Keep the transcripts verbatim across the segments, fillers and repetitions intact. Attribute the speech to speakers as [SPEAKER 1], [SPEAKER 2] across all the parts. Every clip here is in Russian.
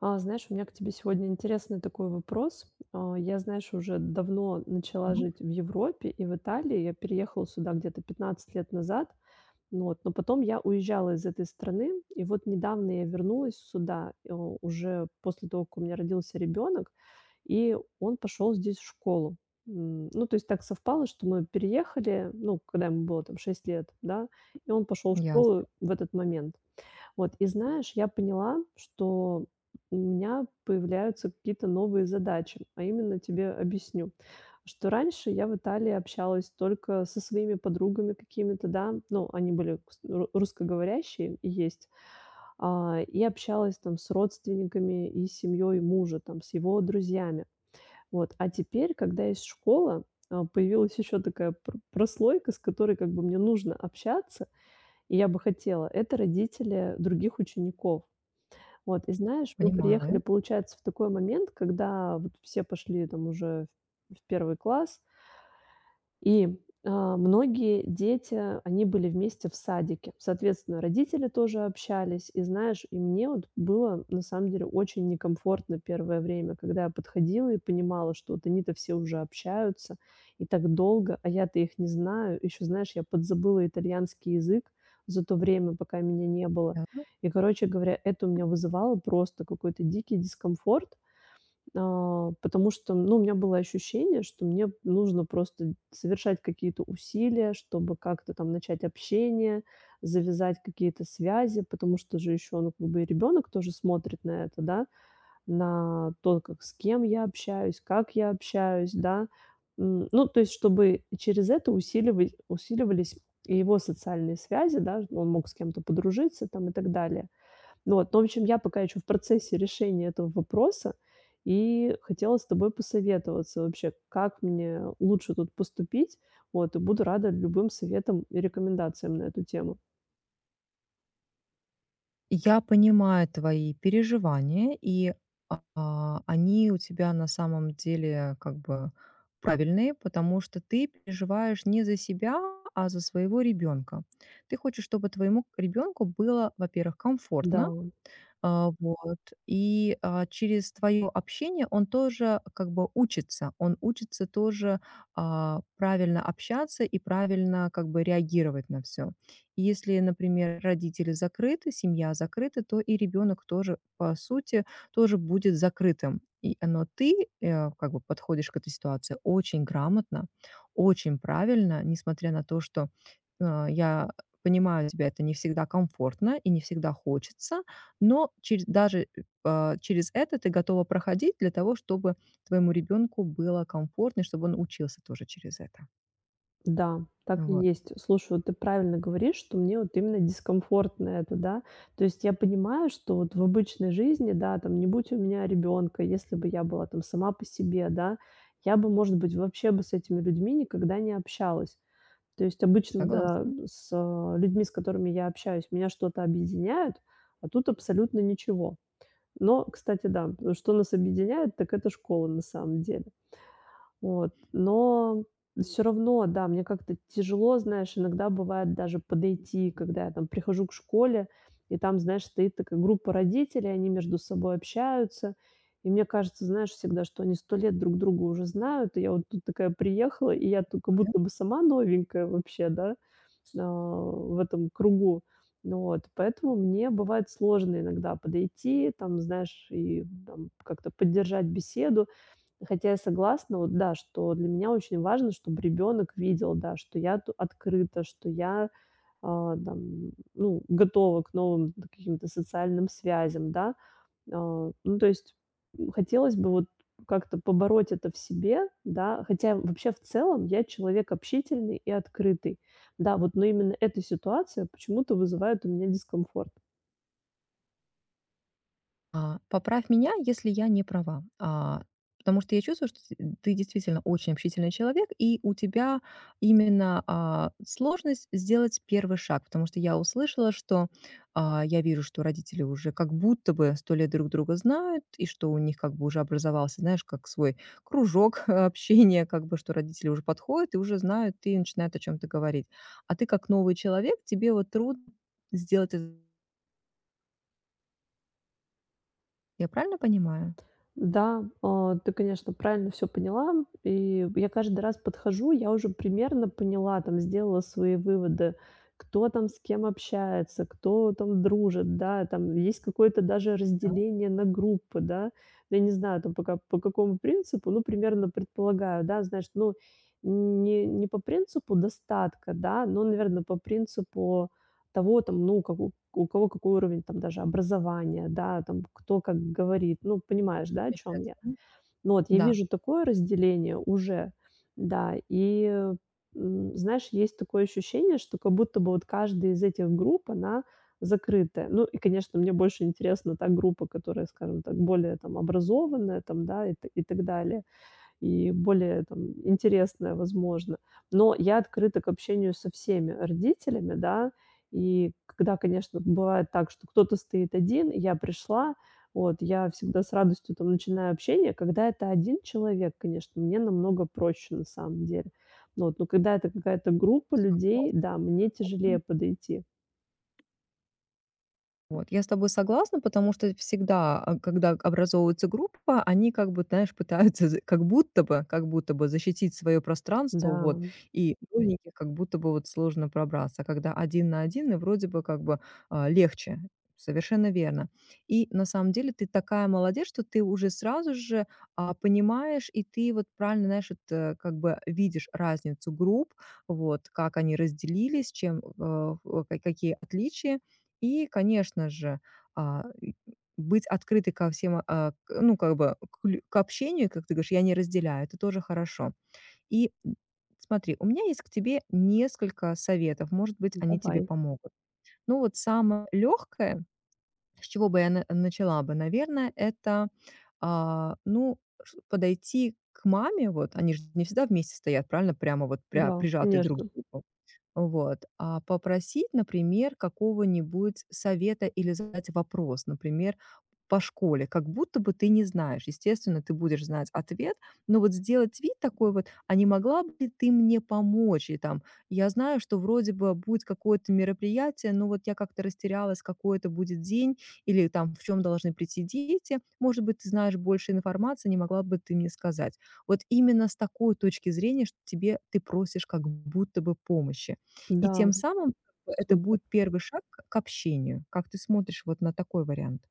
[SPEAKER 1] А, знаешь, у меня к тебе сегодня интересный такой вопрос. А, я, знаешь, уже давно начала
[SPEAKER 2] Мгм.
[SPEAKER 1] жить в Европе и в Италии. Я переехала сюда где-то пятнадцать лет назад. Ну вот, но потом я уезжала из этой страны, и вот недавно я вернулась сюда, э, уже после того, как у меня родился ребенок, и он пошел здесь в школу. М, Ну, то есть так совпало, что мы переехали, ну, когда ему было там шесть лет, да, и он пошел в школу
[SPEAKER 2] Ясно,
[SPEAKER 1] в этот момент. Вот, и знаешь, я поняла, что у меня появляются какие-то новые задачи, а именно тебе объясню, что раньше я в Италии общалась только со своими подругами какими-то, да, ну, они были кс- ру- русскоговорящие и есть, а, и общалась там с родственниками и семьей мужа, там, с его друзьями. Вот, а теперь, когда есть школа, а, появилась еще такая пр- прослойка, с которой как бы мне нужно общаться, и я бы хотела, это родители других учеников. Вот, и знаешь, мы приехали,
[SPEAKER 2] понимаю,
[SPEAKER 1] получается, в такой момент, когда вот все пошли там уже в в первый класс, и, а, многие дети, они были вместе в садике. Соответственно, родители тоже общались. И знаешь, и мне вот было на самом деле очень некомфортно первое время, когда я подходила и понимала, что вот они-то все уже общаются и так долго, а я-то их не знаю. Еще знаешь, я подзабыла итальянский язык за то время, пока меня не было.
[SPEAKER 2] ясно.
[SPEAKER 1] И, короче говоря, это у меня вызывало просто какой-то дикий дискомфорт. А, потому что, ну, у меня было ощущение, что мне нужно просто совершать какие-то усилия, чтобы как-то там начать общение, завязать какие-то связи, потому что же еще, ну, как бы и ребенок тоже смотрит на это, да, на то, как с кем я общаюсь, как я общаюсь, да. М, ну, то есть, чтобы через это усиливать, усиливались и его социальные связи, да, он мог с кем-то подружиться там и так далее. Ну вот, ну, в общем, я пока еще в процессе решения этого вопроса и хотела с тобой посоветоваться вообще, как мне лучше тут поступить. Вот, и буду рада любым советам и рекомендациям на эту тему.
[SPEAKER 2] Я понимаю твои переживания, и, а, а, они у тебя на самом деле как бы правильные, потому что ты переживаешь не за себя, а за своего ребенка. Ты хочешь, чтобы твоему ребенку было, во-первых,
[SPEAKER 1] Да,
[SPEAKER 2] комфортно. А, вот. И, а, через твое общение он тоже как бы учится. Он учится тоже, а, правильно общаться и правильно как бы реагировать на все. И если, например, родители закрыты, семья закрыта, то и ребенок тоже, по сути, тоже будет закрытым. И, но ты, э, как бы подходишь к этой ситуации очень грамотно, очень правильно, несмотря на то, что, а, я понимаю тебя, это не всегда комфортно и не всегда хочется, но через даже, а, через это ты готова проходить для того, чтобы твоему ребенку было комфортно, и чтобы он учился тоже через это.
[SPEAKER 1] да, так и
[SPEAKER 2] Вот.
[SPEAKER 1] есть. Слушай, вот ты правильно говоришь, что мне вот именно дискомфортно это, да. То есть я понимаю, что вот в обычной жизни, да, там, не будь у меня ребенка, если бы я была там сама по себе, да, я бы, может быть, вообще бы с этими людьми никогда не общалась. То есть обычно, да,
[SPEAKER 2] Согласна.
[SPEAKER 1] с, э, людьми, с которыми я общаюсь, меня что-то объединяет, а тут абсолютно ничего. Но, кстати, да, что нас объединяет, так это школа на самом деле. Вот, но все равно, да, мне как-то тяжело, знаешь, иногда бывает даже подойти, когда я там прихожу к школе, и там, знаешь, стоит такая группа родителей, они между собой общаются. И мне кажется, знаешь, всегда, что они сто лет друг друга уже знают, и я вот тут такая приехала, и я тут как будто бы сама новенькая вообще, да, а, в этом кругу. Ну вот, поэтому мне бывает сложно иногда подойти, там, знаешь, и там как-то поддержать беседу. Хотя я согласна, вот да, что для меня очень важно, чтобы ребенок видел, да, что я т открыта, что я, а, там, ну, готова к новым каким-то социальным связям, да. А, ну, то есть, м, хотелось бы вот как-то побороть это в себе, да. Хотя вообще в целом я человек общительный и открытый, да, вот, но именно эта ситуация почему-то вызывает у меня дискомфорт.
[SPEAKER 2] А, поправь меня, если я не права. А, потому что я чувствую, что т ты действительно очень общительный человек, и у тебя именно, а, сложность сделать первый шаг. Потому что я услышала, что, а, я вижу, что родители уже как будто бы сто лет друг друга знают, и что у них как бы уже образовался, знаешь, как свой кружок общения, как бы, что родители уже подходят и уже знают и начинают о чем то говорить. А ты как новый человек, тебе вот трудно сделать это. Я правильно понимаю?
[SPEAKER 1] Да, а, ты, конечно, правильно все поняла. И я каждый раз подхожу, я уже примерно поняла, там сделала свои выводы, кто там с кем общается, кто там дружит, да, там есть какое-то даже
[SPEAKER 2] Да,
[SPEAKER 1] разделение на группы, да. Я не знаю там по по какому принципу, ну, примерно предполагаю, да, знаешь, ну, не не по принципу достатка, да, но, наверное по принципу того там, ну, как у у кого какой уровень там даже образования, да, там кто как говорит. Ну, понимаешь, да, о чем я?
[SPEAKER 2] замечательно.
[SPEAKER 1] Ну вот, я
[SPEAKER 2] Да.
[SPEAKER 1] вижу такое разделение уже, да. И, э, м, знаешь, есть такое ощущение, что как будто бы вот каждая из этих групп, она закрытая. Ну и, конечно, мне больше интересна та группа, которая, скажем так, более там образованная там, да, и т и так далее и более там интересное, возможно. Но я открыта к общению со всеми родителями, да. И когда, конечно, бывает так, что кто-то стоит один, я пришла, вот, я всегда с радостью там начинаю общение. Когда это один человек, конечно, мне намного проще на самом деле. Ну вот, но когда это какая-то группа
[SPEAKER 2] Согласна.
[SPEAKER 1] людей, да, мне тяжелее подойти.
[SPEAKER 2] Вот, я с тобой согласна, потому что всегда, а, когда образовывается группа, они как бы, знаешь, пытаются з как будто бы как будто бы защитить свое пространство,
[SPEAKER 1] Да,
[SPEAKER 2] вот, и новеньких как будто бы вот сложно пробраться, а когда один на один, и вроде бы как бы, а, легче. Совершенно верно. И на самом деле ты такая молодец, что ты уже сразу же, а, понимаешь, и ты вот правильно, знаешь, вот, э, как бы видишь разницу групп, вот, как они разделились, чем, э, о, ка какие отличия. И, конечно же, а, и быть открытой ко всем, а, к ну, как бы к лю к общению, как ты говоришь, я не разделяю, это тоже хорошо. И, м, Смотри, у меня есть к тебе несколько советов, может быть, они тебе
[SPEAKER 1] давай.
[SPEAKER 2] помогут. Ну, вот самое легкое, с чего бы я на начала бы, наверное, это, а, ну, ш подойти к маме, вот они же не всегда вместе стоят, правильно? Прямо вот пря
[SPEAKER 1] Да,
[SPEAKER 2] прижатые друг к
[SPEAKER 1] конечно.
[SPEAKER 2] другу. Вот. А попросить, например, какого-нибудь совета или задать вопрос, например, по школе, как будто бы ты не знаешь. Естественно, ты будешь знать ответ, но вот сделать вид такой вот, а не могла бы ли ты мне помочь? И там, я знаю, что вроде бы будет какое-то мероприятие, но вот я как-то растерялась, какой это будет день, или там в чем должны прийти дети. Может быть, ты знаешь больше информации, не могла бы ты мне сказать? Вот именно с такой точки зрения, что тебе ты просишь как будто бы помощи. И
[SPEAKER 1] Да,
[SPEAKER 2] тем самым как бы это
[SPEAKER 1] супер.
[SPEAKER 2] будет первый шаг к к общению. Как ты смотришь вот на такой вариант?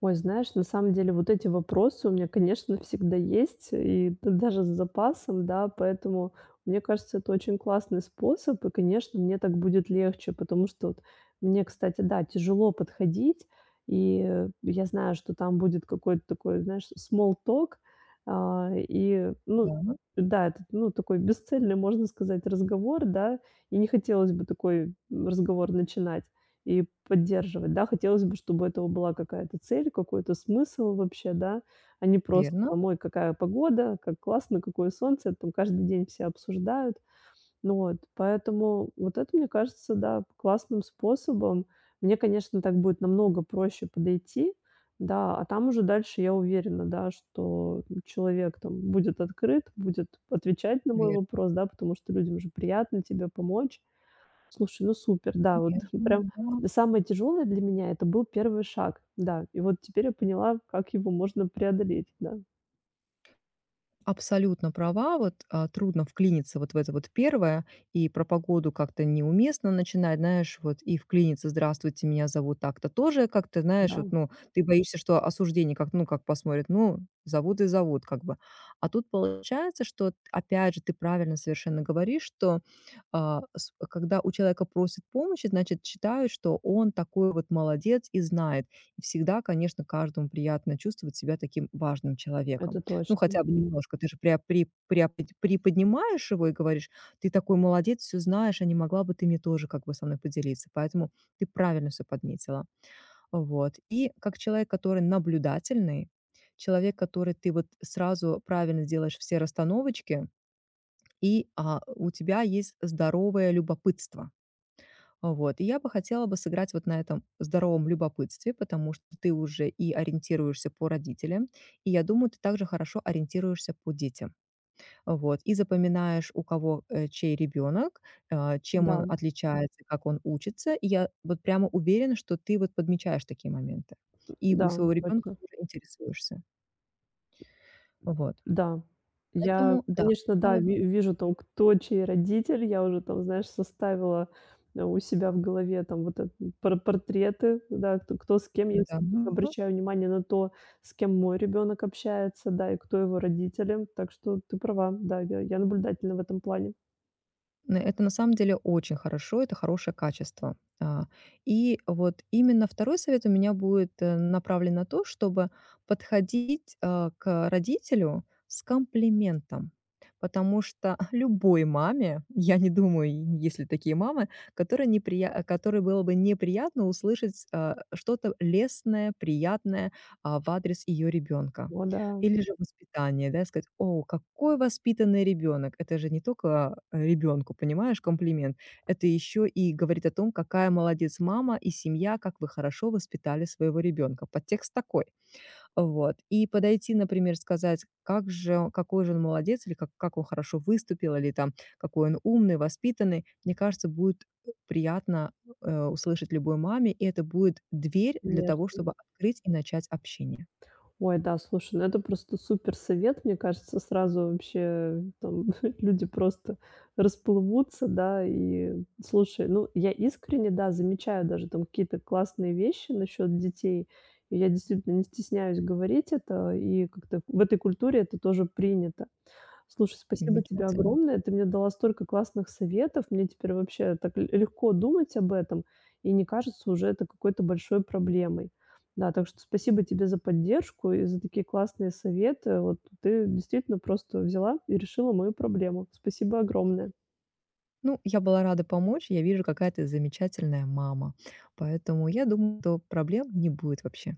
[SPEAKER 1] Ой, знаешь, на самом деле вот эти вопросы у меня, конечно, всегда есть, и д даже с запасом, да, поэтому, мне кажется, это очень классный способ, и, конечно, мне так будет легче, потому что вот мне, кстати, да, тяжело подходить, и э, я знаю, что там будет какой-то такой, знаешь, small talk, а, и, ну
[SPEAKER 2] Да,
[SPEAKER 1] да, этот, ну, такой бесцельный, можно сказать, разговор, да, и не хотелось бы такой разговор начинать и поддерживать, да. Хотелось бы, чтобы у этого была какая-то цель, какой-то смысл вообще, да, а не просто
[SPEAKER 2] верно
[SPEAKER 1] там: «Ой, какая погода, как классно, какое солнце». Это там каждый день все обсуждают. Ну вот, поэтому вот это, мне кажется, да, классным способом. Мне, конечно, так будет намного проще подойти, да, а там уже дальше я уверена, да, что человек там будет открыт, будет отвечать на мой
[SPEAKER 2] верно,
[SPEAKER 1] вопрос, да, потому что людям же приятно тебе помочь. Слушай, ну супер, да, вот прям
[SPEAKER 2] конечно, да.
[SPEAKER 1] самое тяжелое для меня — это был первый шаг, да. И вот теперь я поняла, как его можно преодолеть, да.
[SPEAKER 2] Абсолютно права. Вот, а, трудно вклиниться вот в это вот первое, и про погоду как-то неуместно начинать, знаешь, вот и вклиниться: "Здравствуйте, меня зовут так-то". Тоже как-то,
[SPEAKER 1] Да,
[SPEAKER 2] знаешь, вот, ну, ты боишься, что осуждение, как, ну, как посмотрят: "Ну, зовут и зовут", как бы. А тут получается, что, опять же, ты правильно совершенно говоришь, что, а, с когда у человека просят помощи, значит, считают, что он такой вот молодец и знает. И всегда, конечно, каждому приятно чувствовать себя таким важным человеком.
[SPEAKER 1] это
[SPEAKER 2] Ну,
[SPEAKER 1] точно.
[SPEAKER 2] хотя бы немножко. Ты же пря при приапд приподнимаешь его и говоришь: "Ты такой молодец, все знаешь, а не могла бы ты мне тоже как бы со мной поделиться?" Поэтому ты правильно все подметила. Вот. И как человек, который наблюдательный, человек, который ты вот сразу правильно делаешь все расстановочки, и, а, у тебя есть здоровое любопытство. Вот. И я бы хотела бы сыграть вот на этом здоровом любопытстве, потому что ты уже и ориентируешься по родителям, и я думаю, ты также хорошо ориентируешься по детям. Вот, и запоминаешь, у кого, э, чей ребенок, э, чем
[SPEAKER 1] Да,
[SPEAKER 2] он отличается, как он учится. И я вот прямо уверена, что ты вот подмечаешь такие моменты. И у
[SPEAKER 1] да,
[SPEAKER 2] своего ребенка
[SPEAKER 1] точно.
[SPEAKER 2] тоже интересуешься. Вот.
[SPEAKER 1] Да. Я,
[SPEAKER 2] Поэтому да,
[SPEAKER 1] конечно, да,
[SPEAKER 2] хотела бы
[SPEAKER 1] ви вижу там, кто чей родитель. Я уже там, знаешь, составила, э, у себя в голове там вот это пор портреты, да, кто кто с кем. Я,
[SPEAKER 2] да.
[SPEAKER 1] кстати, еще
[SPEAKER 2] Ну,
[SPEAKER 1] обращаю внимание на то, с кем мой ребенок общается, да, и кто его родители. Так что ты права, да, я я наблюдательна в этом плане.
[SPEAKER 2] Н это на самом деле очень хорошо, это хорошее качество. А, и вот именно второй совет у меня будет, э, направлен на то, чтобы подходить, а, к родителю с комплиментом. Потому что любой маме, я не думаю, и есть ли такие мамы, которые неприя которой было бы неприятно услышать, а, что-то лестное, приятное, а, в адрес ее ребенка.
[SPEAKER 1] О да,
[SPEAKER 2] Или же воспитание, да, сказать: "О, какой воспитанный ребенок!" Это же не только, э, ребенку, понимаешь, комплимент, это еще и говорит о том, какая молодец мама и семья, как вы хорошо воспитали своего ребенка. Подтекст такой. Вот. И подойти, например, сказать, как же какой же он молодец, или как как он хорошо выступил, или там какой он умный, воспитанный. Мне кажется, будет э, приятно, э, услышать любой маме, и это будет дверь для того,
[SPEAKER 1] конечно.
[SPEAKER 2] чтобы открыть и начать общение.
[SPEAKER 1] Ой, да, слушай, ну это просто супер совет. Мне кажется, сразу вообще там люди просто расплывутся, да. И слушай, ну, я искренне, да, замечаю даже там какие-то классные вещи насчет детей. И я действительно не стесняюсь говорить это, и как-то в этой культуре это тоже принято. Слушай, спасибо тебе
[SPEAKER 2] Замечательно.
[SPEAKER 1] огромное. Ты мне дала столько классных советов. Мне теперь вообще так л легко думать об этом, и не кажется уже это какой-то большой проблемой. Да, так что спасибо тебе за поддержку и за такие классные советы. Вот ты действительно просто взяла и решила мою проблему. Спасибо огромное.
[SPEAKER 2] Ну, я была рада помочь. Я вижу, какая ты замечательная мама. Поэтому я думаю, что проблем не будет вообще.